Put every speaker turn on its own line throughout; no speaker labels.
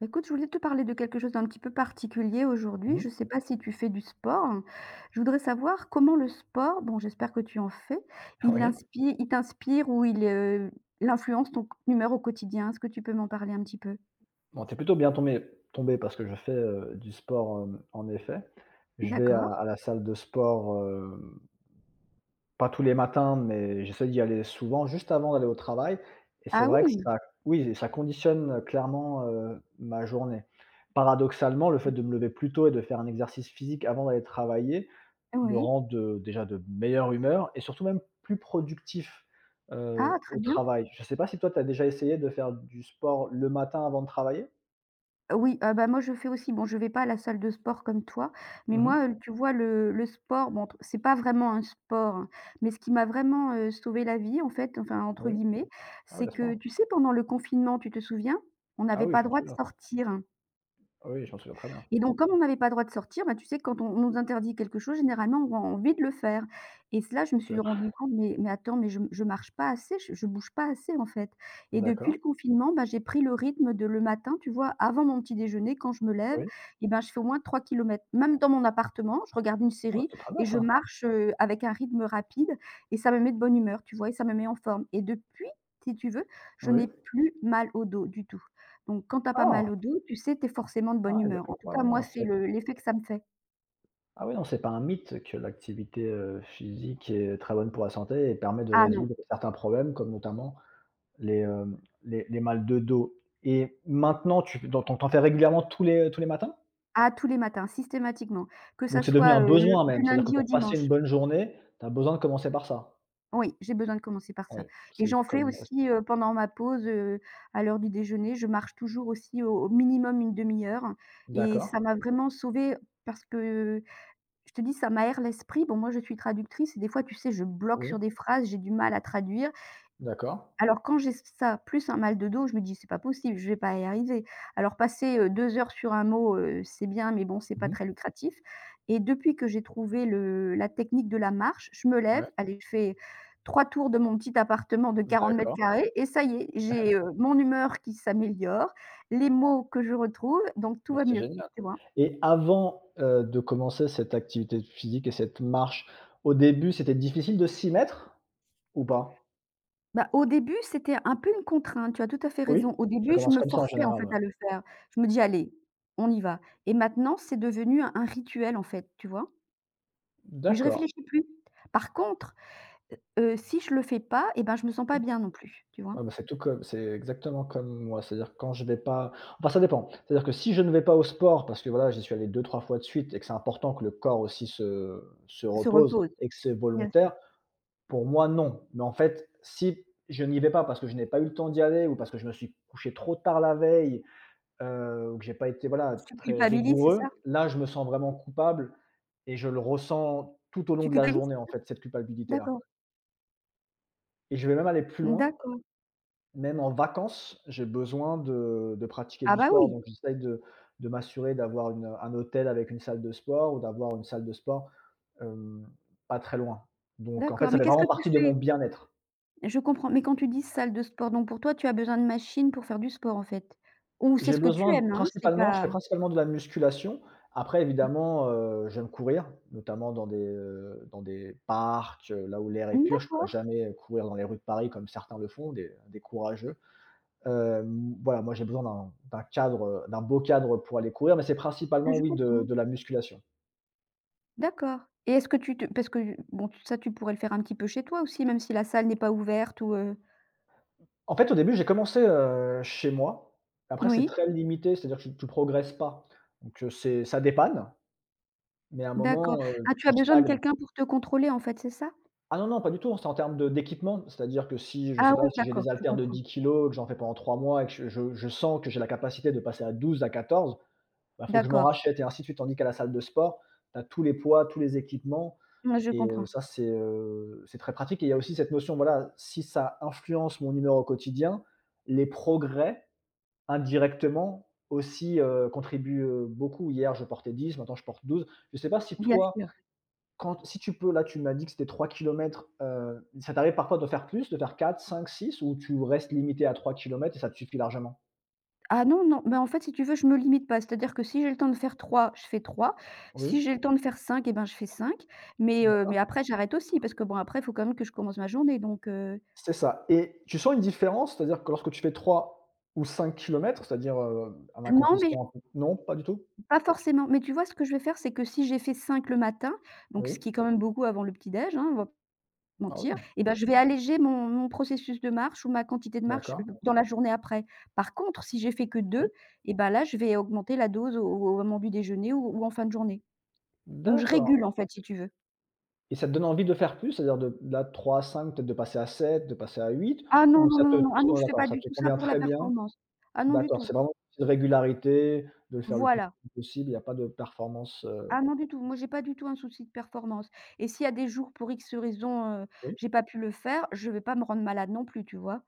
Bah, écoute, je voulais te parler de quelque chose d'un petit peu particulier aujourd'hui.
Mmh
Je ne sais pas si tu fais du sport. Je voudrais savoir comment le sport, bon, j'espère que tu en fais, il
Oui.
inspire, il t'inspire ou il il influence ton humeur au quotidien. Est-ce que tu peux m'en parler un petit peu?
Bon, t'es plutôt bien tombé parce que je fais, du sport, en effet. Je vais à
D'accord.
à la salle de sport, pas tous les matins, mais j'essaie d'y aller souvent juste avant d'aller au travail et c'est
Ah
vrai que
oui!
ça oui, ça conditionne, clairement, ma journée. Paradoxalement, le fait de me lever plus tôt et de faire un exercice physique avant d'aller travailler me
Oui.
rend de déjà de meilleure humeur et surtout même plus productif,
Ah, très
au
bien.
travail. Je ne sais pas si toi tu as déjà essayé de faire du sport le matin avant de travailler?
Oui, bah, moi, je fais aussi bon, je vais pas à la salle de sport comme toi, mais
Mmh mh.
moi, tu vois le sport, bon, entre c'est pas vraiment un sport, hein, mais ce qui m'a vraiment, «sauvé la vie» en fait, enfin, entre
Oui.
guillemets,
Ah oui,
c'est
à ce
que
point.
tu sais pendant le confinement, tu te souviens? On
Ah
n'avait
oui,
pas
je m'en
droit de
souviens.
sortir, hein.
Ah oui, je m'en souviens très bien.
Et donc comme on n'avait pas le droit de sortir, bah, tu sais, quand on nous interdit quelque chose, généralement, on a envie de le faire. Et cela, je me
C'est
suis rendue compte, mais attends, je marche pas assez, je bouge pas assez, en fait. Et depuis
D'accord,
le confinement, bah, j'ai pris le rythme de le matin, tu vois, avant mon petit déjeuner, quand je me lève
oui.
et ben, je fais au moins 3 kilomètres, même dans mon appartement, je regarde une
Ah,
série
c'était très bien
et je
ça.
marche, avec un rythme rapide et ça me met de bonne humeur, tu vois? Et ça me met en forme. Et depuis, si tu veux, je
Oui.
n'ai plus mal au dos du tout. Donc quand tu as pas
Ah!
mal au dos, tu sais, tu es forcément de
Ah
bonne
oui, bah,
humeur. En
comme
tout
quoi,
cas,
oui,
moi,
non,
c'est
c'est
le l'effet que ça me fait.
ah oui, non, c'est pas un mythe que l'activité, physique est très bonne pour la santé et permet de
Ah non,
résoudre certains problèmes comme notamment les, hem, les mal de dos. Et maintenant tu dans ton tu en fais régulièrement tous les matins?
ah tous les matins, systématiquement, que ça
Donc c'est devenu
soit,
un
le
besoin même,
du
c'est-à-dire que
lundi au
pour passer une
dimanche.
bonne journée, tu as besoin de commencer par ça?
Oui, j'ai besoin de commencer par
Oui,
ça et
c'est
j'en fais
comme ouais,
aussi, pendant ma pause, à l'heure du déjeuner. Je marche toujours aussi au minimum une demi heure et
d'accord,
ça m'a vraiment sauvée parce que je te dis, ça m'aère l'esprit. Bon, moi, je suis traductrice et des fois, tu sais, je bloque
oui,
sur des phrases, j'ai du mal à traduire.
d'accord.
Alors quand j'ai ça, plus un mal de dos, je me dis: «C'est pas possible, je vais pas y arriver». Alors passer, 2 heures sur un mot, c'est bien, mais bon, c'est
Mmh
pas
mh.
très lucratif et depuis que j'ai trouvé le la technique de la marche, je me lève,
Ouais.
allez, je fais 3 tours de mon petit appartement de 40
D'accord,
carrés et ça y est, j'ai, mon humeur qui s'améliore, les mots que je retrouve, donc tout
bah,
va
c'est
mieux,
génial.
tu vois?
Et avant, de commencer cette activité physique et cette marche, au début, c'était difficile de s'y mettre ou pas?
Bah, au début, c'était un peu une contrainte, tu as tout à fait
Oui?
raison. Au
Ça
début, je
commence
me
comme ça en
forçais en
général, ouais.
fait à le faire. Je me dis: «Allez, on y va» et maintenant, c'est devenu un rituel en fait, tu vois? Et je
D'accord.
réfléchis plus. Par contre, heu si je le fais pas et ben, je me sens pas bien non plus, tu vois?
Ah bah, c'est tout comme c'est exactement comme moi, c'est-à-dire que quand je vais pas, enfin ça dépend, c'est-à-dire que si je ne vais pas au sport parce que voilà, j'y suis allé deux trois fois de suite et que c'est important que le corps aussi se
Se
repose
repose,
et que c'est
bien sûr.
volontaire, pour moi non. Mais en fait, si je n'y vais pas parce que je n'ai pas eu le temps d'y aller ou parce que je me suis couché trop tard la veille, ou que j'ai pas été, voilà,
Tu
très
culpabilises, c'est
rigoureux.
ça?
Là, je me sens vraiment coupable et je le ressens tout au long
Tu
de la
culpabilises?
journée, en fait, cette culpabilité-là.
D'accord,
Et je vais même aller plus loin,
d'accord.
même en vacances, j'ai besoin de pratiquer
Ah
du
bah,
sport,
oui,
donc j'essaye de m'assurer d'avoir un hôtel avec une salle de sport ou d'avoir une salle de sport, hem, pas très loin. Donc en fait,
d'accord,
ça
mais
fait
qu'est-ce
vraiment
que tu
partie de mon
fais?
bien-être.
Je comprends, mais quand tu dis salle de sport, donc pour toi, tu as besoin de machines pour faire du sport en fait? Ou c'est ce que tu aimes, hein? C'est
Principalement, je
pas
fais principalement de la musculation. Après évidemment, j'aime courir, notamment dans des, dans des parcs, là où l'air est
mmh,
pur. Je ne pourrais
d'accord.
jamais courir dans les rues de Paris comme certains le font, des courageux. Voilà, moi j'ai besoin d'un cadre, d'un beau cadre pour aller courir, mais c'est
Ah
principalement,
je
oui, de
comprends,
de la musculation.
d'accord et est-ce que tu te parce que bon, ça tu pourrais le faire un petit peu chez toi aussi, même si la salle n'est pas ouverte ou
En fait, au début, j'ai commencé, chez moi. Après c'est
oui,
très limité, c'est-à-dire que tu progresses pas. Donc c'est, ça dépanne, mais à un
d'accord.
moment,
Ah tu
tu
as besoin de
stagnes.
quelqu'un pour te contrôler en fait, c'est ça?
Ah non, non, pas du tout, c'est en termes de d'équipement. C'est-à-dire que si, je
Ah
sais pas,
oui
si j'ai
d'accord,
des
je
haltères de
comprends.
10 kilos que j'en fais pendant 3 mois et que je sens que j'ai la capacité de passer à 12, à 14, bah, faut que je m'en
D'accord,
rachète et ainsi de suite. Tandis qu'à la salle de sport, tu as tous les poids, tous les équipements
ouais je
et
comprends,
ça c'est, c'est très pratique et il y a aussi cette notion, voilà, si ça influence mon humeur au quotidien, les progrès indirectement aussi, contribuent, beaucoup. Hier, je portais 10, maintenant je porte 12. Je sais pas si
bien
toi
sûr.
quand si tu peux, là, tu m'as dit que c'était 3 kilomètres. Ça t'arrive parfois de faire plus, de faire quatre, cinq, six, ou tu restes limité à 3 kilomètres et ça te suffit largement?
Ah non, non, mais en fait si tu veux je me limite pas, c'est-à-dire que si j'ai le temps de faire 3, je fais 3.
Oui.
Si j'ai le temps de faire 5, et ben je fais 5. Mais
Mmh. D'accord.
mais après j'arrête aussi parce que bon après il faut quand même que je commence ma journée donc
C'est ça et tu sens une différence? C'est-à-dire que lorsque tu fais 3 ou 5 kilomètres, c'est-à-dire, un
non mais
accomplissement un peu, non, pas du tout?
pas forcément, mais tu vois, ce que je vais faire, c'est que si j'ai fait 5 le matin, donc ce
Oui.
qui est quand même beaucoup avant le petit déj, hein, on va pas se
Ah
mentir,
oui.
et ben je vais alléger mon processus de marche ou ma quantité de marche,
D'accord.
dans la journée après. Par contre, si j'ai fait que
Oui.
deux, et ben là, je vais augmenter la dose au moment du déjeuner ou en fin de journée. Donc je
D'accord
régule, en fait, si tu veux.
et ça te donne envie de faire plus? C'est-à-dire de là, 3, à cinq, peut-être de passer à 7, de passer à 8,
Ah non,
ou
non,
ça te,
non, non, ah non,
oh
je fais
d'accord,
pas
ça
du
te
tout ça
convient
pour la
très bien?
performance. Ah non, du
D'accord, c'est
tout.
vraiment une régularité, de le faire le plus
Voilà.
possible, il y a pas de performance,
Ah non, du tout. Moi, j'ai pas du tout un souci de performance et s'il y a des jours, pour X raison,
oui,
j'ai pas pu le faire, je vais pas me rendre malade non plus, tu vois?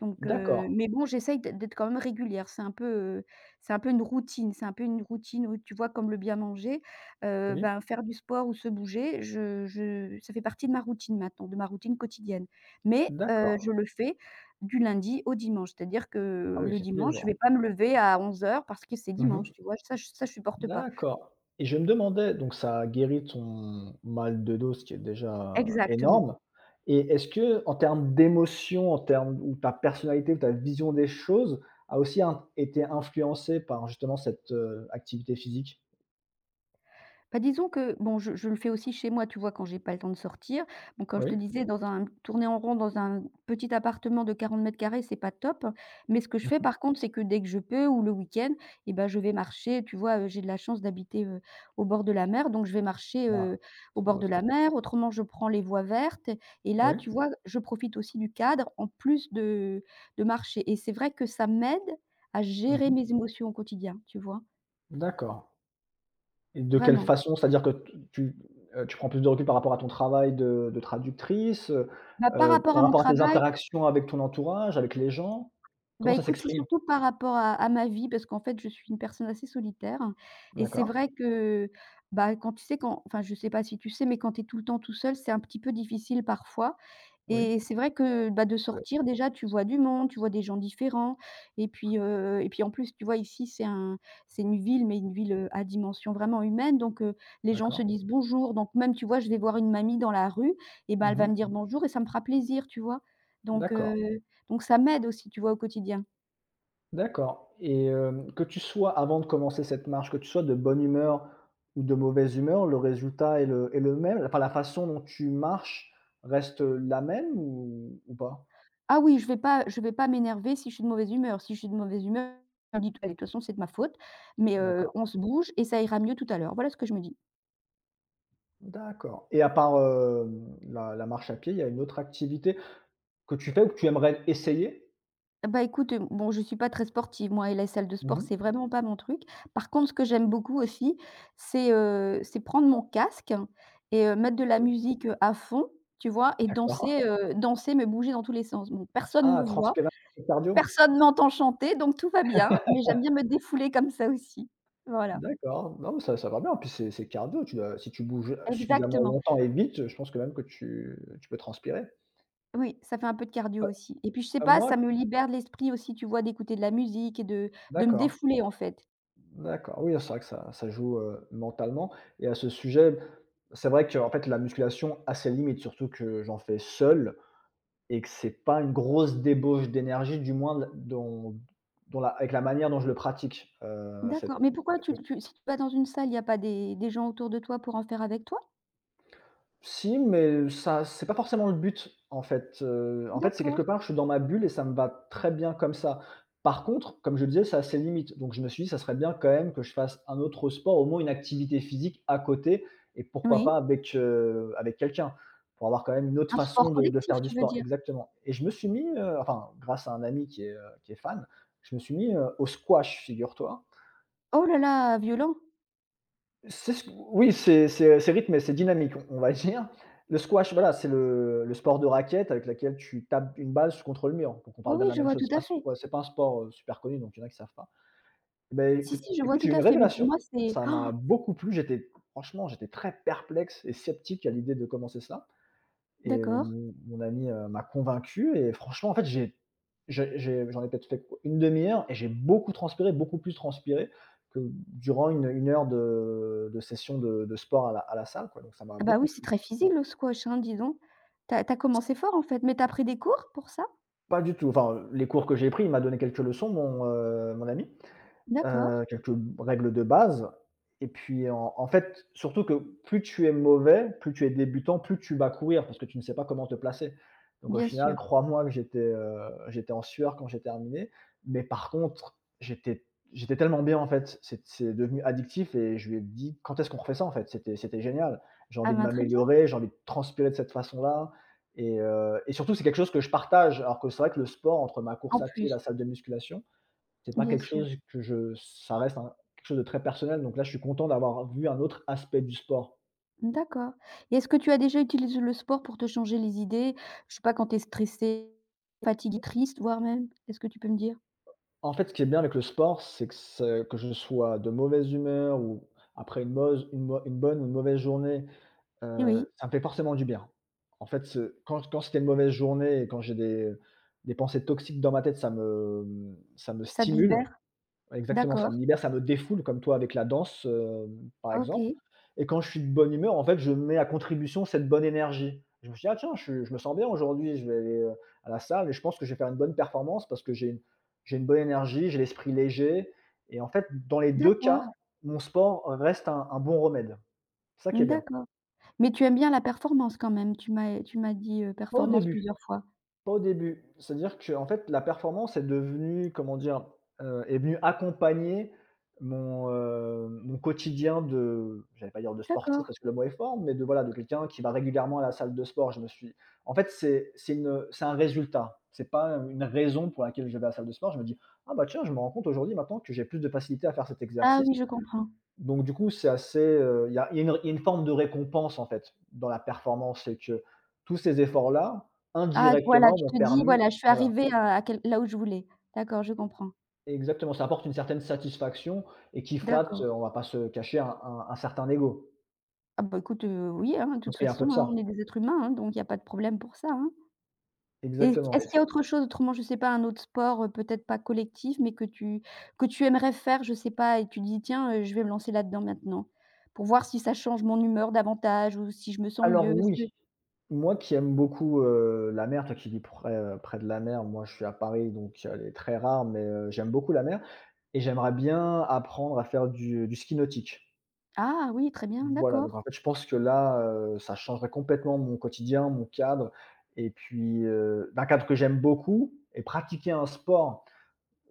Donc
d'accord,
mais bon, j'essaye d'être quand même régulière. C'est un peu une routine, c'est un peu une routine où tu vois comme le bien manger,
oui,
ben, faire du sport ou se bouger, je ça fait partie de ma routine maintenant, de ma routine quotidienne. Mais
d'accord.
je le fais du lundi au dimanche. C'est-à-dire
Ah
que
oui,
le
c'est tous les
dimanche, je
jours.
vais pas me lever à 11 heures parce que c'est
Mmh mh.
dimanche, tu vois? Ça, je supporte pas.
D'accord et je me demandais, donc ça a guéri ton mal de dos, ce qui est déjà
Exactement.
énorme. Et est-ce qu'en termes d'émotions, en termes ou ta personnalité ou ta vision des choses a aussi in été influencée par justement cette, activité physique?
Bah, disons que bon, je le fais aussi chez moi, tu vois, quand j'ai pas le temps de sortir. Bon, comme je te
Oui.
disais, dans un tourner en rond dans un petit appartement de 40 carrés, c'est pas top. Mais ce que je
Mmh
fais
mh.
par contre, c'est que dès que je peux ou le week-end et ben, je vais marcher. Tu vois, j'ai de la chance d'habiter, au bord de la mer, donc je vais marcher,
Ah,
au
c'est
bord
beau
de
ça.
la mer. Autrement, je prends les voies vertes et là,
Oui.
tu vois, je profite aussi du cadre en plus de marcher et c'est vrai que ça m'aide à
Mmh
gérer
mh.
mes émotions au quotidien, tu vois?
D'accord. Et de quelle
Vraiment.
façon? C'est-à-dire que tu prends plus de recul par rapport à ton travail de traductrice,
Bah, par rapport
par
à mon
rapport à tes
travail.
interactions avec ton entourage, avec les gens? Comment
Bah,
ça
écoute, c'est
s'exprime?
surtout par rapport à ma vie parce qu'en fait, je suis une personne assez solitaire hein. Et c'est
D'accord,
vrai que, bah, quand tu sais quand enfin, je sais pas si tu sais, mais quand tu es tout le temps tout seul, c'est un petit peu difficile parfois
oui,
et c'est vrai que, bah, de
heu,
sortir déjà, tu vois du monde, tu vois des gens différents et puis en plus, tu vois, ici, c'est un c'est une ville, mais une ville, à dimension vraiment humaine donc les gens se
d'accord.
disent bonjour donc même, tu vois, je vais voir une mamie dans la rue et ben, elle va
Mmh.
me dire bonjour et ça me fera plaisir, tu vois? Donc heu,
D'accord,
donc ça m'aide aussi, tu vois, au quotidien.
d'accord et que tu sois, avant de commencer cette marche, que tu sois de bonne humeur ou de mauvaise humeur, le résultat est le même? Enfin, la façon dont tu marches reste la même ou pas?
Ah oui, je vais pas m'énerver si je suis de mauvaise humeur. Si je suis de mauvaise humeur, je me dis: «Allez, de toute façon, c'est de ma faute, mais
D'accord.
on se bouge et ça ira mieux tout à l'heure». Voilà ce que je me dis.
D'accord et à part, la marche à pied, il y a une autre activité que tu fais ou que tu aimerais essayer?
Bah, écoute, bon, je suis pas très sportive, moi et la salle de sport,
Mmh.
c'est vraiment pas mon truc. Par contre, ce que j'aime beaucoup aussi, c'est prendre mon casque et mettre de la
Oui,
musique, à fond, tu vois? Et
ah! D'accord.
danser, danser, me bouger dans tous les sens. Bon, personne me
Ah,
voit,
transpiration cardio?
personne m'entend chanter, donc tout va bien, mais j'aime bien me défouler comme ça aussi. Voilà,
D'accord, non, mais ça va bien, puis c'est cardio, tu dois si tu bouges suffisamment
exactement.
longtemps et vite, je pense que même que tu peux transpirer.
Oui, ça fait un peu de cardio aussi et puis je sais pas,
Moi
ça me libère de l'esprit aussi, tu vois, d'écouter de la musique et de me
D'accord,
défouler, en fait.
d'accord, oui, c'est vrai que ça joue, mentalement et à ce sujet, c'est vrai que en fait, la musculation a ses limites, surtout que j'en fais seul. Et que c'est pas une grosse débauche d'énergie, du moins dont la avec la manière dont je le pratique, cette
D'accord, mais pourquoi tu
cette
tu si tu vas dans une salle, il y a pas des gens autour de toi pour en faire avec toi?
Si, mais ça c'est pas forcément le but, en fait, en fait, c'est
D'accord,
quelque part, je suis dans ma bulle et ça me va très bien comme ça. Par contre, comme je le disais, ça a ses limites, donc je me suis dit: «Ça serait bien quand même que je fasse un autre sport, au moins une activité physique à côté et pourquoi
oui.
pas avec, avec quelqu'un». Pour avoir quand même une autre
Un
façon
sport
de
collectif,
faire du
tu veux
sport,
dire?
exactement. Et je me suis mis, enfin grâce à un ami qui est fan, je me suis mis, au squash, figure-toi.
Oh là là, violent.
C'est ce Oui, c'est rythmé, c'est dynamique, on va dire. Le squash, voilà, c'est le sport de raquette avec laquelle tu tapes une balle contre le mur. Donc on
Oui,
parle bien de
oui,
la
je
même
vois
chose.
tout
C'est
à
pas
fait.
Ouais, c'est pas un sport, super connu, donc il y en a qui savent pas. Ben
Si,
écoute
si, je vois
écoute,
tout
j'ai eu une
à fait, mais pour
révélation,
moi, c'est
ça m'a
oh,
beaucoup plu, j'étais franchement, j'étais très perplexe et sceptique à l'idée de commencer ça. Et
d'accord.
mon ami, m'a convaincu et franchement, en fait, j'en ai peut-être fait qu une demi heure et j'ai beaucoup transpiré, beaucoup plus transpiré que durant une heure de session de sport à la salle, quoi, donc ça m'a
Ah bah
beaucoup
oui, c'est
plu.
très physique le squash, hein, dis donc. Tu as commencé fort en fait, mais tu as pris des cours pour ça?
Pas du tout, enfin, les cours que j'ai pris, il m'a donné quelques leçons, mon ami.
D'accord,
Quelques règles de base et puis en fait, surtout que plus tu es mauvais, plus tu es débutant, plus tu vas courir parce que tu ne sais pas comment te placer. Donc au
bien sûr.
final, crois-moi que j'étais en sueur quand j'ai terminé, mais par contre, j'étais tellement bien en fait, c'est devenu addictif et je lui ai dit: «Quand est-ce qu'on refait ça en fait? C'était génial. J'ai
Ah
envie de
ben, très bien,
m'améliorer, j'ai envie de transpirer de cette façon-là». Et surtout c'est quelque chose que je partage alors que c'est vrai que le sport entre ma course
en
à pied et la
plus,
salle de musculation, c'est pas
bien
quelque
sûr.
chose que je ça reste un, quelque chose de très personnel, donc là, je suis content d'avoir vu un autre aspect du sport.
D'accord et est-ce que tu as déjà utilisé le sport pour te changer les idées? Je sais pas, quand tu es stressé, fatigué, triste, voire même? Est ce que tu peux me dire?
En fait, ce qui est bien avec le sport, c'est que ce que je sois de mauvaise humeur ou après une bonne ou une mauvaise journée,
Oui,
ça me fait forcément du bien. En fait, ce quand quand c'était une mauvaise journée et quand j'ai des pensées toxiques dans ma tête, ça me
ça te
stimule.
libère?
Exactement, ça
D'accord,
me libère, ça me défoule comme toi avec la danse, par exemple.
OK,
Et quand je suis de bonne humeur, en fait, je mets à contribution cette bonne énergie. Je me dis: «Ah tiens, je me sens bien aujourd'hui, je vais aller, à la salle et je pense que je vais faire une bonne performance parce que j'ai une bonne énergie, j'ai l'esprit léger» et en fait, dans les deux cas,
d'accord,
mon sport reste un bon remède. C'est ça qui est bien.
d'accord. Mais tu aimes bien la performance quand même? Tu m'as dit,
Pas au
performance
début.
plusieurs fois.
Pas au début. C'est-à-dire que en fait, la performance est devenue, comment dire, est venue accompagner mon quotidien de j'allais pas dire de sportif
D'accord.
parce que le mot est fort, mais de voilà, de quelqu'un qui va régulièrement à la salle de sport. Je me suis en fait, c'est un résultat. C'est pas une raison pour laquelle je vais à la salle de sport. Je me dis: «Ah bah tiens, je me rends compte aujourd'hui maintenant que j'ai plus de facilité à faire cet
Ah
exercice».
oui, je comprends.
Donc du coup, c'est assez, il y a une forme de récompense, en fait, dans la performance. C'est que tous ces efforts-là,
Ah voilà,
indirectement,
tu
m'ont
te dis:
permis
«Voilà, je suis
voilà,
arrivée à quel là où je voulais». D'accord, je comprends.
exactement, ça apporte une certaine satisfaction et qui flatte,
D'accord.
on va pas se cacher, un certain ego.
Ah bah, écoute, oui, hein, de
Parce
toute
qu'il y a un peu de
façon, hein,
ça.
on est des êtres humains, hein, donc il y a pas de problème pour ça, hein. Et est-ce
Exactement et
est-ce qu'il y
puis
a autre chose, autrement, je sais pas, un autre sport, peut-être pas collectif, mais que tu aimerais faire, je sais pas et tu dis: «Tiens, je vais me lancer là-dedans maintenant, pour voir si ça change mon humeur davantage ou si je me sens
alors
mieux». Est-ce
oui,
que
moi qui aime beaucoup, la mer, toi qui vis près de la mer, moi je suis à Paris, donc elle est très rare, mais j'aime beaucoup la mer et j'aimerais bien apprendre à faire du ski nautique.
ah oui, très bien,
Voilà, donc
d'accord.
en fait, je pense que là, ça changerait complètement mon quotidien, mon cadre et puis, d'un cadre que j'aime beaucoup et pratiquer un sport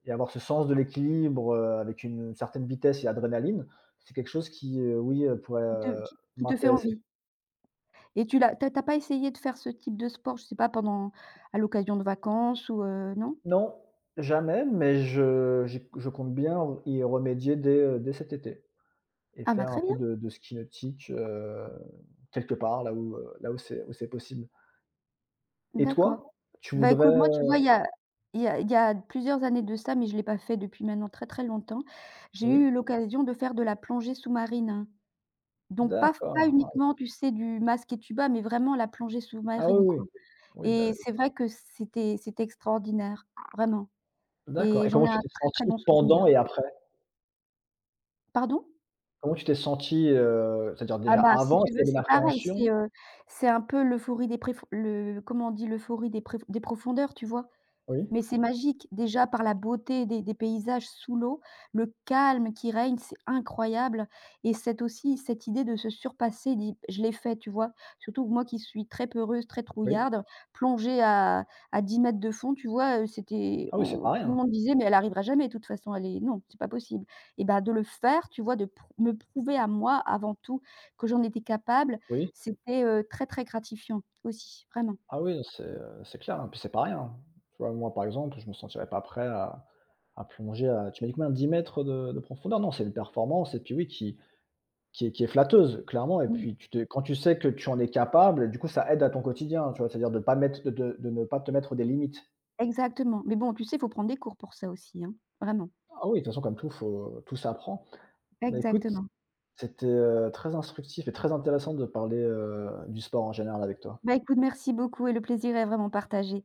et avoir ce sens de l'équilibre, avec une certaine vitesse et adrénaline, c'est quelque chose qui, oui, pourrait,
Qui te qui te fait
m'intéresser.
envie? Et tu l'as t'as as pas essayé de faire ce type de sport, je sais pas, pendant à l'occasion de vacances ou non?
Non, jamais, mais je compte bien y remédier dès, dès cet été et
Ah bah,
faire un
très
peu
bien,
de ski nautique, quelque part là où c'est possible et
d'accord.
toi? Tu
Bah,
voudrais,
écoute, moi, tu vois, il y a il y a plusieurs années de ça, mais je l'ai pas fait depuis maintenant très, très longtemps. J'ai
oui?
eu l'occasion de faire de la plongée sous-marine. Donc pas
D'accord. Ah
uniquement,
oui.
tu sais, du masque et tuba, mais vraiment la plongée
Ah oui,
sous-marine,
oui.
quoi.
Oui,
Et c'est vrai que c'était extraordinaire, vraiment.
d'accord
Et
et
j'en
comment
ai
tu
un
t'es
très, très
sentie
bon
pendant
souvenir.
et après?
Pardon?
Comment tu t'es sentie, c'est-à-dire
Ah
déjà
bah, si
avant, est-ce
tu veux,
qu'il y avait de
c'est pareil,
l'appréhension?
c'est un peu l'euphorie des préf le comment on dit? L'euphorie des préf des profondeurs, tu vois?
Oui,
Mais c'est magique, déjà par la beauté des paysages sous l'eau, le calme qui règne, c'est incroyable et cette aussi cette idée de se surpasser, dit: «Je l'ai fait», tu vois? Surtout que moi qui suis très peureuse, très
oui.
trouillarde, plongée à 10 mètres de fond, tu vois, c'était
Ah oui, c'est
on
pas
tout le
rien.
monde disait: «Mais elle arrivera jamais de toute façon, elle est non, c'est pas possible» et ben de le faire, tu vois, de prou me prouver à moi, avant tout, que j'en étais capable,
Oui.
c'était, très, très gratifiant aussi, vraiment.
Ah oui, c'est clair, hein, puis c'est pas rien. Tu vois, moi, par exemple, je me sentirais pas prêt à plonger à tu m'as dit combien? 10 m de profondeur? Non, c'est une performance et puis oui, qui est flatteuse, clairement et
Mmh.
puis tu te quand tu sais que tu en es capable, du coup, ça aide à ton quotidien, tu vois? C'est-à-dire de pas mettre de ne pas te mettre des limites.
Exactement, mais bon, tu sais, il faut prendre des cours pour ça aussi, hein, vraiment.
Ah oui, de toute façon, comme tout, faut tout s'apprend. Bah, écoute,
Exactement.
c'était, très instructif et très intéressant de parler, du sport en général avec toi.
Bah, écoute, merci beaucoup et le plaisir est vraiment partagé.